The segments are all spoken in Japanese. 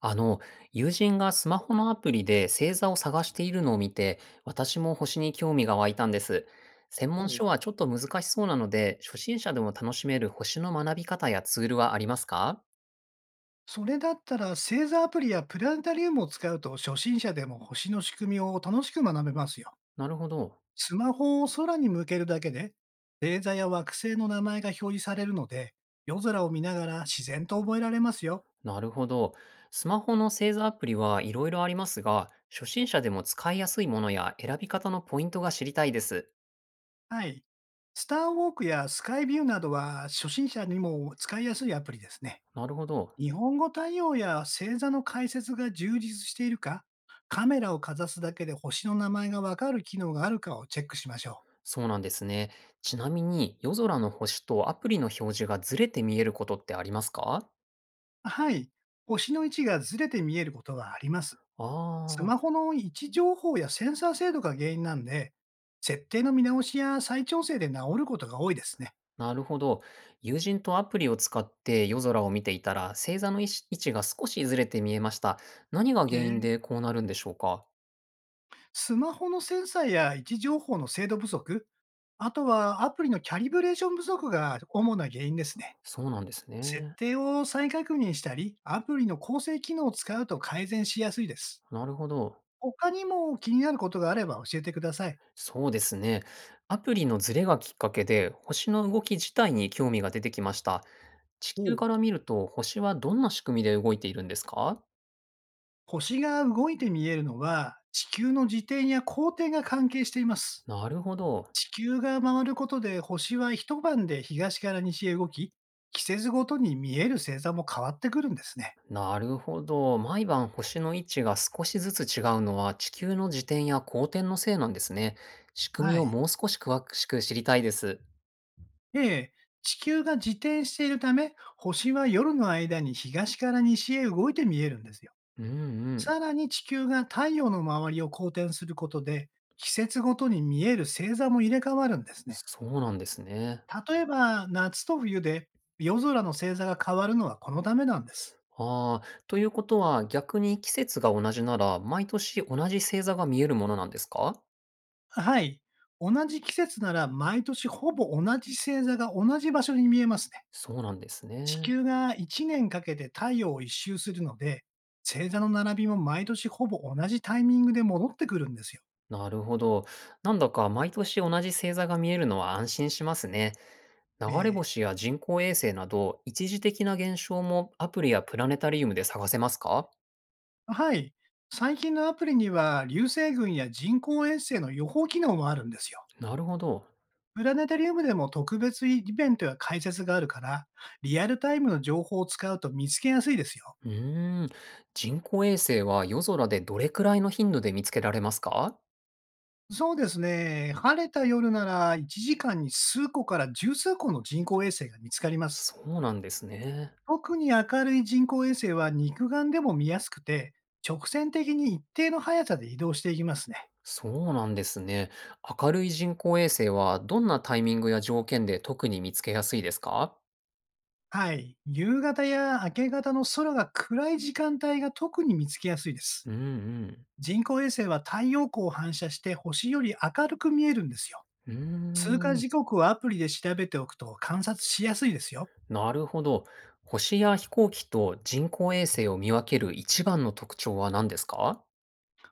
あの、友人がスマホのアプリで星座を探しているのを見て、私も星に興味が湧いたんです。専お門う書はちょっと難しそうなので、初心者でも楽しめる星の学び方やツールはありますか？それだったら星座アプリやプラネタリウムを使うと初心者でも星の仕組みを楽しく学べますよ。なるほど。スマホを空に向けるだけで、星座や惑星の名前が表示されるので、夜空を見ながら自然と覚えられますよ。なるほど。スマホの星座アプリはいろいろありますが、初心者でも使いやすいものや選び方のポイントが知りたいです。はい。スターウォークやスカイビューなどは初心者にも使いやすいアプリですね。なるほど。日本語対応や星座の解説が充実しているか、カメラをかざすだけで星の名前がわかる機能があるかをチェックしましょう。そうなんですね。ちなみに、夜空の星とアプリの表示がずれて見えることってありますか？はい。星の位置がずれて見えることはあります。スああマー。ホの位置情報やセンサー精度が原因なんで、設定の見直しや再調整で治ることが多いですね。なるほど。友人とアプリを使って夜空を見ていたら、星座の位置が少しずれて見えました。何がえ原因ー、でこうなるんでしょうか？スマホのセンサーや位置情報の精度不足、あとはアプリのキャリブレーション不足が主な原因ですね。そうなんです設ね。定を再確認したり、アプリの構成機能を使うと改善しやすいです。なるほど。他にも気になることがあれば教えてください。そうですね。アプリのズレがきっかけで、星の動き自体に興味が出てきました。地お球うから見ると、星はどんな仕組みで動いているんですか？星が動いて見えるのは、地球の自転や公転が関係しています。なるほど。地球が回ることで星は一晩で東から西へ動き、季節ごとに見える星座も変わってくるんですね。なるほど。毎晩星の位置が少しずつ違うのは地球の自転や公転のせいなんですね。仕組はみをい。もう少し詳しく知りたいです。ええ、地球が自転しているため、星は夜の間に東から西へ動いて見えるんですよ。うんうさん。らに地球が太陽の周りを公転することで、季節ごとに見える星座も入れ替わるんですね。そうなんですね。例えば、夏と冬で夜空の星座が変わるのはこのためなんです。ああ、ということは逆に季節が同じなら毎年同じ星座が見えるものなんですか？はい。同じ季節なら毎年ほぼ同じ星座が同じ場所に見えますね。そうなんです地ね。球が1年かけて太陽を一周するので、星座の並びも毎年ほぼ同じタイミングで戻ってくるんですよ。なるほど。なんだか毎年同じ星座が見えるのは安心しますね。流れええ星や人工衛星など、一時的な現象もアプリやプラネタリウムで探せますか？はい。最近のアプリには流星群や人工衛星の予報機能もあるんですよ。なるほど。プラネタリウムでも特別イベントや解説があるから、リアルタイムの情報を使うと見つけやすいですよ。うーん。人工衛星は夜空でどれくらいの頻度で見つけられますか？そうですね。晴れた夜なら1時間に数個から十数個の人工衛星が見つかります。そうなんですね。特に明るい人工衛星は肉眼でも見やすくて、直線的に一定の速さで移動していきますね。そうなんですね。明るい人工衛星はどんなタイミングや条件で特に見つけやすいですか？はい。夕方や明け方の空が暗い時間帯が特に見つけやすいです。うん人工衛星は太陽光を反射して星より明るく見えるんですよ。う通過ん。うーん。時刻をアプリで調べておくと観察しやすいですよ。なるほど。星や飛行機と人工衛星を見分ける一番の特徴は何ですか？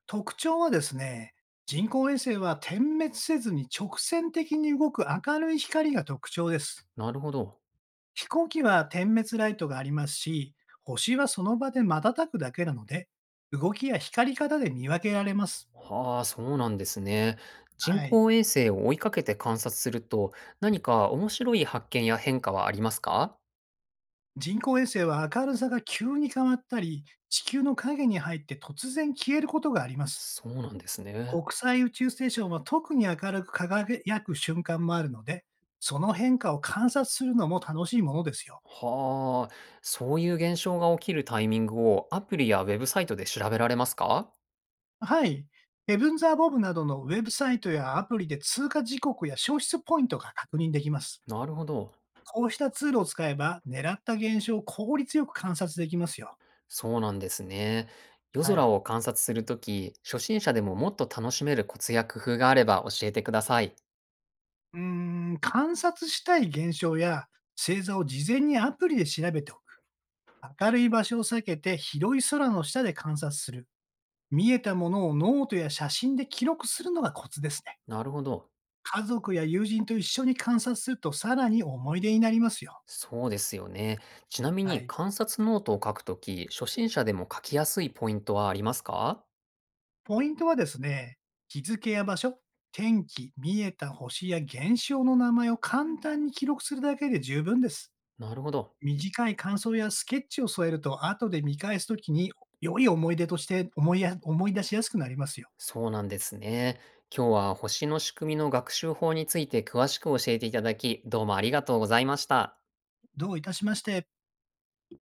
特徴はですね、人工衛星は点滅せずに直線的に動く明るい光が特徴です。なるほど。飛行機は点滅ライトがありますし、星はその場で瞬くだけなので、動きや光り方で見分けられます。はあ、そうなんですね。人はい。工衛星を追いかけて観察すると、何か面白い発見や変化はありますか？人工衛星は明るさが急に変わったり、地球の影に入って突然消えることがあります。そうなんですね。国際宇宙ステーションは特に明るく輝く瞬間もあるので、その変化を観察するのも楽しいものですよ。はあ、そういう現象が起きるタイミングをアプリやウェブサイトで調べられますか？はい。ヘブンザーボブなどのウェブサイトやアプリで通過時刻や消失ポイントが確認できます。なるほど。こうしたツールを使えば、狙った現象を効率よく観察できますよ。そうなんですね。夜は空い。を観察するとき、初心者でももっと楽しめるコツや工夫があれば教えてください。うー観察したい現象や星座を事前にアプリで調べておく。明るい場所を避けて広い空の下で観察する。見えたものをノートや写真で記録するのがコツですね。なるほど。家族や友人と一緒に観察するとさらに思い出になりますよ。そうですよね。ちなみはにい。観察ノートを書くとき、初心者でも書きやすいポイントはありますか？ポイントはですね、日付や場所、天気、見えた星や現象の名前を簡単に記録するだけで十分です。なるほど。短い感想やスケッチを添えると後で見返すときに良い思い出として思い出しやすくなりますよ。そうなんですね。今日は星の仕組みの学習法について詳しく教えていただき、どうもありがとうございました。どういたしまして。